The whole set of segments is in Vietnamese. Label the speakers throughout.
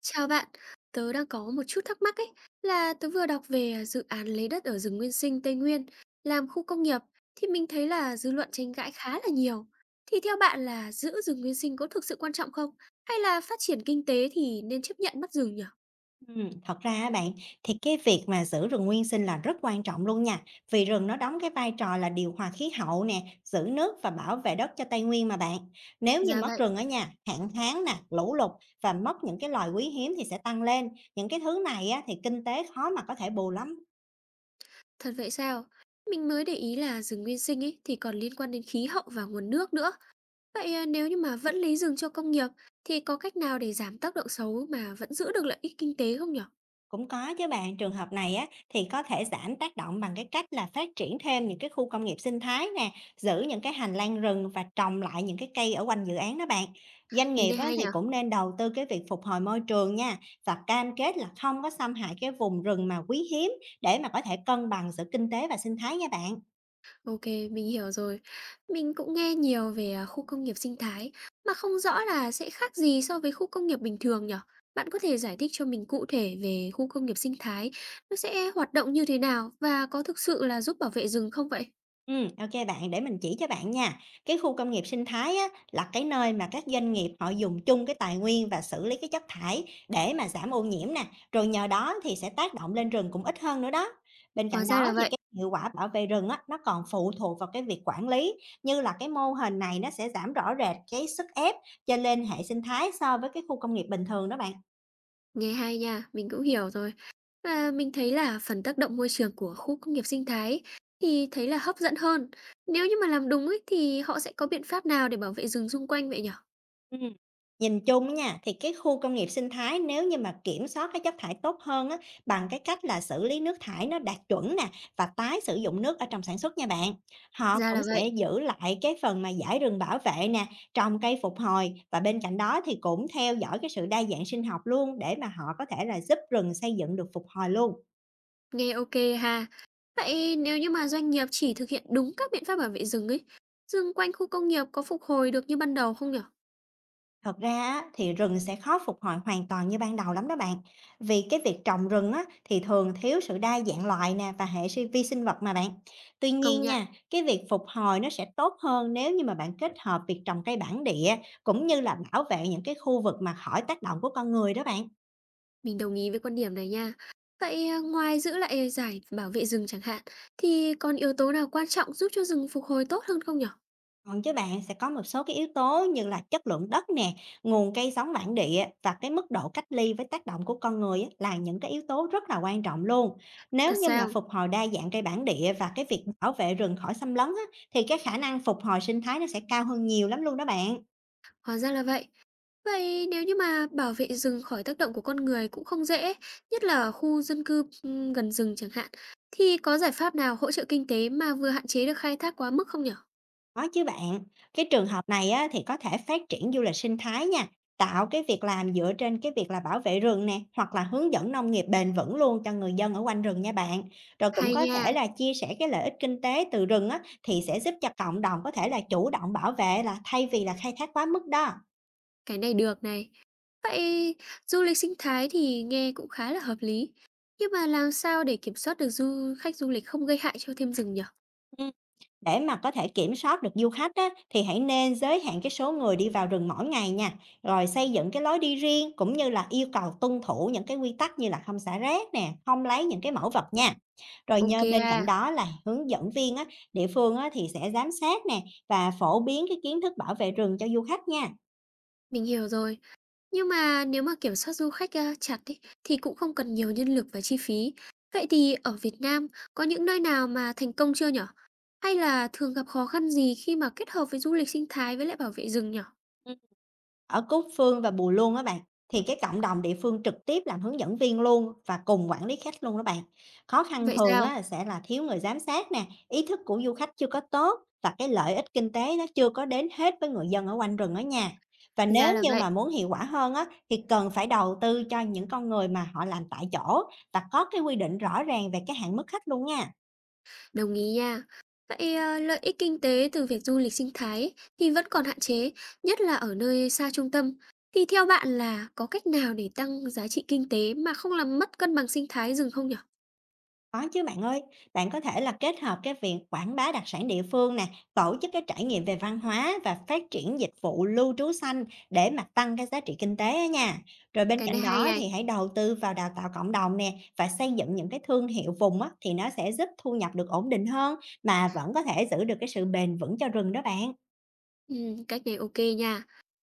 Speaker 1: Chào bạn, tớ đang có một chút thắc mắc ấy là tớ vừa đọc về dự án lấy đất ở rừng nguyên sinh Tây Nguyên làm khu công nghiệp thì mình thấy là dư luận tranh cãi khá là nhiều. Thì theo bạn là giữ rừng nguyên sinh có thực sự quan trọng không? Hay là phát triển kinh tế thì nên chấp nhận mất rừng nhỉ?
Speaker 2: Thật ra á bạn, thì cái việc mà giữ rừng nguyên sinh là rất quan trọng luôn nha, vì rừng nó đóng cái vai trò là điều hòa khí hậu nè, giữ nước và bảo vệ đất cho Tây Nguyên mà bạn. Nếu như
Speaker 1: Dạ
Speaker 2: mất
Speaker 1: vậy,
Speaker 2: rừng ở nhà, hạn hán nè, lũ lụt và mất những cái loài quý hiếm thì sẽ tăng lên. Những cái thứ này á, thì kinh tế khó mà có thể bù lắm.
Speaker 1: thật vậy sao? Mình mới để ý là rừng nguyên sinh ấy thì còn liên quan đến khí hậu và nguồn nước nữa. Vậy à, nếu như mà vẫn lấy rừng cho công nghiệp thì có cách nào để giảm tác động xấu mà vẫn giữ được lợi ích kinh tế không nhỉ?
Speaker 2: Cũng có chứ bạn, trường hợp này á thì có thể giảm tác động bằng cái cách là phát triển thêm những cái khu công nghiệp sinh thái nè, giữ những cái hành lang rừng và trồng lại những cái cây ở quanh dự án đó bạn. Doanh
Speaker 1: Nhìn
Speaker 2: nghiệp
Speaker 1: này
Speaker 2: á,
Speaker 1: hay
Speaker 2: thì
Speaker 1: nhỉ?
Speaker 2: cũng nên đầu tư cái việc phục hồi môi trường nha và cam kết là không có xâm hại cái vùng rừng mà quý hiếm để mà có thể cân bằng giữa kinh tế và sinh thái nha bạn.
Speaker 1: OK, mình hiểu rồi. Mình cũng nghe nhiều về, khu công nghiệp sinh thái, mà không rõ là sẽ khác gì so với khu công nghiệp bình thường nhở? Bạn có thể giải thích cho mình cụ thể về khu công nghiệp sinh thái, nó sẽ hoạt động như thế nào và có thực sự là giúp bảo vệ rừng không vậy?
Speaker 2: Ok bạn, để mình chỉ cho bạn nha. Cái khu công nghiệp sinh thái á, là cái nơi mà các doanh nghiệp họ dùng chung cái tài nguyên và xử lý cái chất thải để mà giảm ô nhiễm nè, rồi nhờ đó thì sẽ tác động lên rừng cũng ít hơn nữa đó. Bên
Speaker 1: Hóa
Speaker 2: cạnh
Speaker 1: ra là
Speaker 2: đó thì
Speaker 1: vậy,
Speaker 2: cái hiệu quả bảo vệ rừng á, nó còn phụ thuộc vào cái việc quản lý, như là cái mô hình này nó sẽ giảm rõ rệt cái sức ép trên lên hệ sinh thái so với cái khu công nghiệp bình thường đó bạn.
Speaker 1: nghe hay nha, mình cũng hiểu rồi. Và mình thấy là phần tác động môi trường của khu công nghiệp sinh thái ấy, thì thấy là hấp dẫn hơn. Nếu như mà làm đúng ấy thì họ sẽ có biện pháp nào để bảo vệ rừng xung quanh vậy nhở?
Speaker 2: Ừm, Nhìn chung á nha, thì cái khu công nghiệp sinh thái nếu như mà kiểm soát cái chất thải tốt hơn á, bằng cái cách là xử lý nước thải nó đạt chuẩn nè và tái sử dụng nước ở trong sản xuất nha bạn. Họ
Speaker 1: Ra
Speaker 2: cũng
Speaker 1: là
Speaker 2: sẽ
Speaker 1: vậy.
Speaker 2: giữ lại cái phần mà giải rừng bảo vệ nè, trồng cây phục hồi và bên cạnh đó thì cũng theo dõi cái sự đa dạng sinh học luôn để mà họ có thể là giúp rừng xây dựng được phục hồi luôn.
Speaker 1: Nghe ok ha. Vậy nếu như mà doanh nghiệp chỉ thực hiện đúng các biện pháp bảo vệ rừng ấy, rừng quanh khu công nghiệp có phục hồi được như ban đầu không nhở?
Speaker 2: Thật ra á, thì rừng sẽ khó phục hồi hoàn toàn như ban đầu lắm đó bạn. Vì cái việc trồng rừng á, thì thường thiếu sự đa dạng loại nè và hệ vi sinh vật mà bạn. Tuy
Speaker 1: Công
Speaker 2: nhiên
Speaker 1: nhận,
Speaker 2: nha, cái việc phục hồi nó sẽ tốt hơn nếu như mà bạn kết hợp việc trồng cây bản địa cũng như là bảo vệ những cái khu vực mà khỏi tác động của con người đó bạn.
Speaker 1: mình đồng ý với quan điểm này nha. Vậy, ngoài giữ lại giải bảo vệ rừng chẳng hạn, thì còn yếu tố nào quan trọng giúp cho rừng phục hồi tốt hơn không nhở?
Speaker 2: Còn chứ bạn, sẽ có một số cái yếu tố như là chất lượng đất nè, nguồn cây giống bản địa và cái mức độ cách ly với tác động của con người á, là những cái yếu tố rất là quan trọng luôn.
Speaker 1: Thật
Speaker 2: Nếu như mà
Speaker 1: sao?
Speaker 2: phục hồi đa dạng cây bản địa và cái việc bảo vệ rừng khỏi xâm lấn á, thì cái khả năng phục hồi sinh thái nó sẽ cao hơn nhiều lắm luôn đó bạn.
Speaker 1: Hóa ra là vậy. Vậy nếu như mà bảo vệ rừng khỏi tác động của con người cũng không dễ, nhất là ở khu dân cư gần rừng chẳng hạn, thì có giải pháp nào hỗ trợ kinh tế mà vừa hạn chế được khai thác quá mức không nhở?
Speaker 2: Có chứ bạn, cái trường hợp này á, thì có thể phát triển du lịch sinh thái nha, tạo cái việc làm dựa trên cái việc là bảo vệ rừng nè, hoặc là hướng dẫn nông nghiệp bền vững luôn cho người dân ở quanh rừng nha bạn. Rồi cũng
Speaker 1: Hay
Speaker 2: có thể
Speaker 1: nha.
Speaker 2: là chia sẻ cái lợi ích kinh tế từ rừng á, thì sẽ giúp cho cộng đồng có thể là chủ động bảo vệ là thay vì là khai thác quá mức đó.
Speaker 1: Cái này được này. Vậy du lịch sinh thái thì nghe cũng khá là hợp lý. Nhưng mà làm sao để kiểm soát được du khách du lịch không gây hại cho thêm rừng nhở?
Speaker 2: Để mà có thể kiểm soát được du khách á, thì hãy nên giới hạn cái số người đi vào rừng mỗi ngày nha, rồi xây dựng cái lối đi riêng cũng như là yêu cầu tuân thủ những cái quy tắc như là không xả rác nè, không lấy những cái mẫu vật nha. Rồi
Speaker 1: Ok
Speaker 2: nhờ bên
Speaker 1: ha,
Speaker 2: cạnh đó là hướng dẫn viên á, địa phương á, thì sẽ giám sát nè và phổ biến cái kiến thức bảo vệ rừng cho du khách nha.
Speaker 1: mình hiểu rồi. Nhưng mà nếu mà kiểm soát du khách chặt ý, thì cũng không cần nhiều nhân lực và chi phí. Vậy thì ở Việt Nam có những nơi nào mà thành công chưa nhở? Hay là thường gặp khó khăn gì khi mà kết hợp với du lịch sinh thái với lại bảo vệ rừng nhở?
Speaker 2: Ở Cúc Phương và Bù Luông á bạn, thì cái cộng đồng địa phương trực tiếp làm hướng dẫn viên luôn và cùng quản lý khách luôn đó bạn. Khó khăn
Speaker 1: Vậy
Speaker 2: thường
Speaker 1: sao?
Speaker 2: á sẽ là thiếu người giám sát nè, ý thức của du khách chưa có tốt và cái lợi ích kinh tế nó chưa có đến hết với người dân ở quanh rừng ở nhà. Và
Speaker 1: Ra
Speaker 2: nếu
Speaker 1: là
Speaker 2: như
Speaker 1: vậy.
Speaker 2: mà muốn hiệu quả hơn á thì cần phải đầu tư cho những con người mà họ làm tại chỗ và có cái quy định rõ ràng về cái hạn mức khách luôn nha.
Speaker 1: Đồng ý nha. Vậy, lợi ích kinh tế từ việc du lịch sinh thái ấy thì vẫn còn hạn chế, nhất là ở nơi xa trung tâm. Thì theo bạn là có cách nào để tăng giá trị kinh tế mà không làm mất cân bằng sinh thái rừng không nhỉ?
Speaker 2: Có chứ bạn ơi, bạn có thể là kết hợp cái việc quảng bá đặc sản địa phương nè, tổ chức cái trải nghiệm về văn hóa và phát triển dịch vụ lưu trú xanh để mà tăng cái giá trị kinh tế á nha. Rồi bên
Speaker 1: Cái này
Speaker 2: cạnh đó
Speaker 1: hay này.
Speaker 2: thì hãy đầu tư vào đào tạo cộng đồng nè và xây dựng những cái thương hiệu vùng á thì nó sẽ giúp thu nhập được ổn định hơn mà vẫn có thể giữ được cái sự bền vững cho rừng đó bạn.
Speaker 1: Cách này ok nha.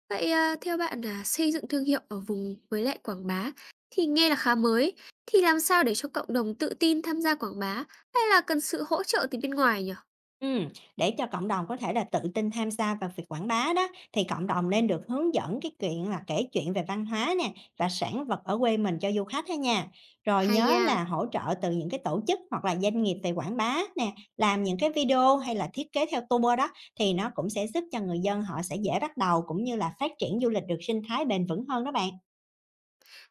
Speaker 1: Vậy, theo bạn là xây dựng thương hiệu ở vùng với lại quảng bá thì nghe là khá mới. Thì làm sao để cho cộng đồng tự tin tham gia quảng bá hay là cần sự hỗ trợ từ bên ngoài nhỉ?
Speaker 2: Ừm, để cho cộng đồng có thể là tự tin tham gia vào việc quảng bá đó thì cộng đồng nên được hướng dẫn cái chuyện là kể chuyện về văn hóa nè và sản vật ở quê mình cho du khách đó nha. Rồi
Speaker 1: Hay
Speaker 2: nhớ
Speaker 1: nha,
Speaker 2: là hỗ trợ từ những cái tổ chức hoặc là doanh nghiệp về quảng bá nè, làm những cái video hay là thiết kế theo tour đó thì nó cũng sẽ giúp cho người dân họ sẽ dễ bắt đầu cũng như là phát triển du lịch được sinh thái bền vững hơn đó bạn.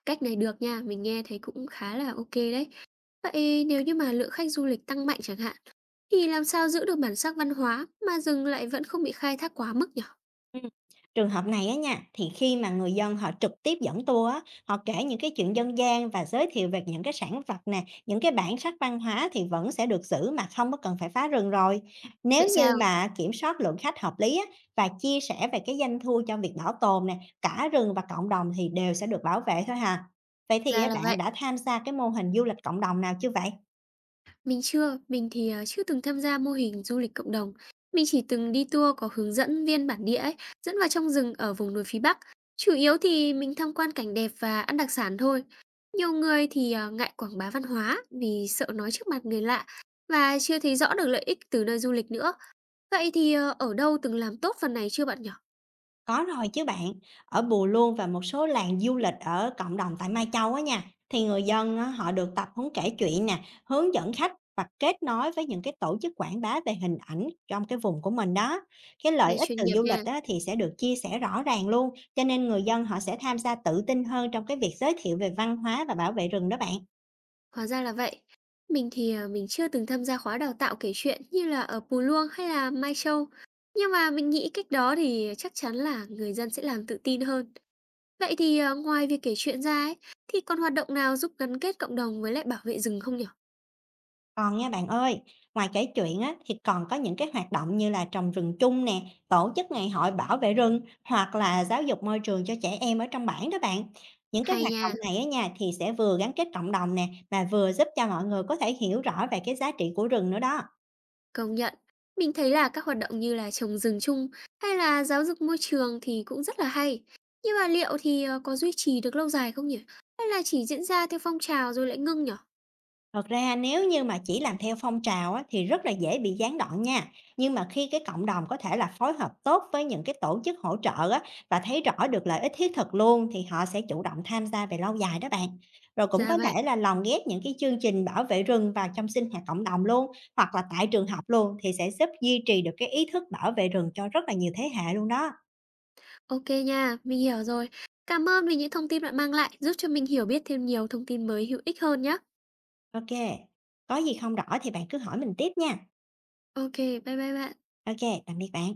Speaker 1: cách này được nha, mình nghe thấy cũng khá là ok đấy. Vậy nếu như mà lượng khách du lịch tăng mạnh chẳng hạn, thì làm sao giữ được bản sắc văn hóa mà rừng lại vẫn không bị khai thác quá mức nhỉ?
Speaker 2: Ừm, Trường hợp này á nha, thì khi mà người dân họ trực tiếp dẫn tour á, họ kể những cái chuyện dân gian và giới thiệu về những cái sản vật nè, những cái bản sắc văn hóa thì vẫn sẽ được giữ mà không có cần phải phá rừng rồi. Nếu
Speaker 1: Vậy
Speaker 2: như
Speaker 1: sao?
Speaker 2: mà kiểm soát lượng khách hợp lý á, và chia sẻ về cái doanh thu cho việc bảo tồn nè, cả rừng và cộng đồng thì đều sẽ được bảo vệ thôi hà. Vậy thì
Speaker 1: Ra
Speaker 2: á,
Speaker 1: là
Speaker 2: bạn
Speaker 1: vậy.
Speaker 2: đã tham gia cái mô hình du lịch cộng đồng nào chưa vậy?
Speaker 1: Mình chưa từng tham gia mô hình du lịch cộng đồng. Mình chỉ từng đi tour có hướng dẫn viên bản địa ấy, dẫn vào trong rừng ở vùng núi phía Bắc. Chủ yếu thì mình tham quan cảnh đẹp và ăn đặc sản thôi. Nhiều người thì ngại quảng bá văn hóa vì sợ nói trước mặt người lạ và chưa thấy rõ được lợi ích từ nơi du lịch nữa. Vậy thì ở đâu từng làm tốt phần này chưa bạn nhỉ?
Speaker 2: Có rồi chứ bạn, ở Bù Luông và một số làng du lịch ở cộng đồng tại Mai Châu á nha, thì người dân á, họ được tập huấn kể chuyện nè, hướng dẫn khách và kết nối với những cái tổ chức quảng bá về hình ảnh trong cái vùng của mình đó. Cái lợi
Speaker 1: Nghe
Speaker 2: ích
Speaker 1: chuyên
Speaker 2: từ
Speaker 1: nghiệp
Speaker 2: du lịch
Speaker 1: nha,
Speaker 2: á, thì sẽ được chia sẻ rõ ràng luôn, cho nên người dân họ sẽ tham gia tự tin hơn trong cái việc giới thiệu về văn hóa và bảo vệ rừng đó bạn.
Speaker 1: hóa ra là vậy. Mình thì mình chưa từng tham gia khóa đào tạo kể chuyện như là ở Pù Luông hay là Mai Châu. Nhưng mà mình nghĩ cách đó thì chắc chắn là người dân sẽ làm tự tin hơn. Vậy thì ngoài việc kể chuyện ra ấy, thì còn hoạt động nào giúp gắn kết cộng đồng với lại bảo vệ rừng không nhỉ?
Speaker 2: Còn nha bạn ơi, ngoài kể chuyện á, thì còn có những cái hoạt động như là trồng rừng chung nè, tổ chức ngày hội bảo vệ rừng hoặc là giáo dục môi trường cho trẻ em ở trong bản đó bạn. Những cái
Speaker 1: Hay
Speaker 2: hoạt
Speaker 1: nha,
Speaker 2: động này á nha thì sẽ vừa gắn kết cộng đồng nè mà vừa giúp cho mọi người có thể hiểu rõ về cái giá trị của rừng nữa đó.
Speaker 1: công nhận. Mình thấy là các hoạt động như là trồng rừng chung hay là giáo dục môi trường thì cũng rất là hay. Nhưng mà liệu thì có duy trì được lâu dài không nhỉ? Hay là chỉ diễn ra theo phong trào rồi lại ngưng nhỉ?
Speaker 2: Thật ra nếu như mà chỉ làm theo phong trào á, thì rất là dễ bị gián đoạn nha. Nhưng mà khi cái cộng đồng có thể là phối hợp tốt với những cái tổ chức hỗ trợ á, và thấy rõ được lợi ích thiết thực luôn thì họ sẽ chủ động tham gia về lâu dài đó bạn. Rồi cũng
Speaker 1: Ra
Speaker 2: có
Speaker 1: vậy.
Speaker 2: thể là lồng ghép những cái chương trình bảo vệ rừng vào trong sinh hoạt cộng đồng luôn hoặc là tại trường học luôn thì sẽ giúp duy trì được cái ý thức bảo vệ rừng cho rất là nhiều thế hệ luôn đó.
Speaker 1: OK nha, mình hiểu rồi. Cảm ơn vì những thông tin bạn mang lại, giúp cho mình hiểu biết thêm nhiều thông tin mới hữu ích hơn nhé.
Speaker 2: Ok. Có gì không rõ thì bạn cứ hỏi mình tiếp nha.
Speaker 1: OK, bye bye bạn.
Speaker 2: Ok, tạm biệt bạn.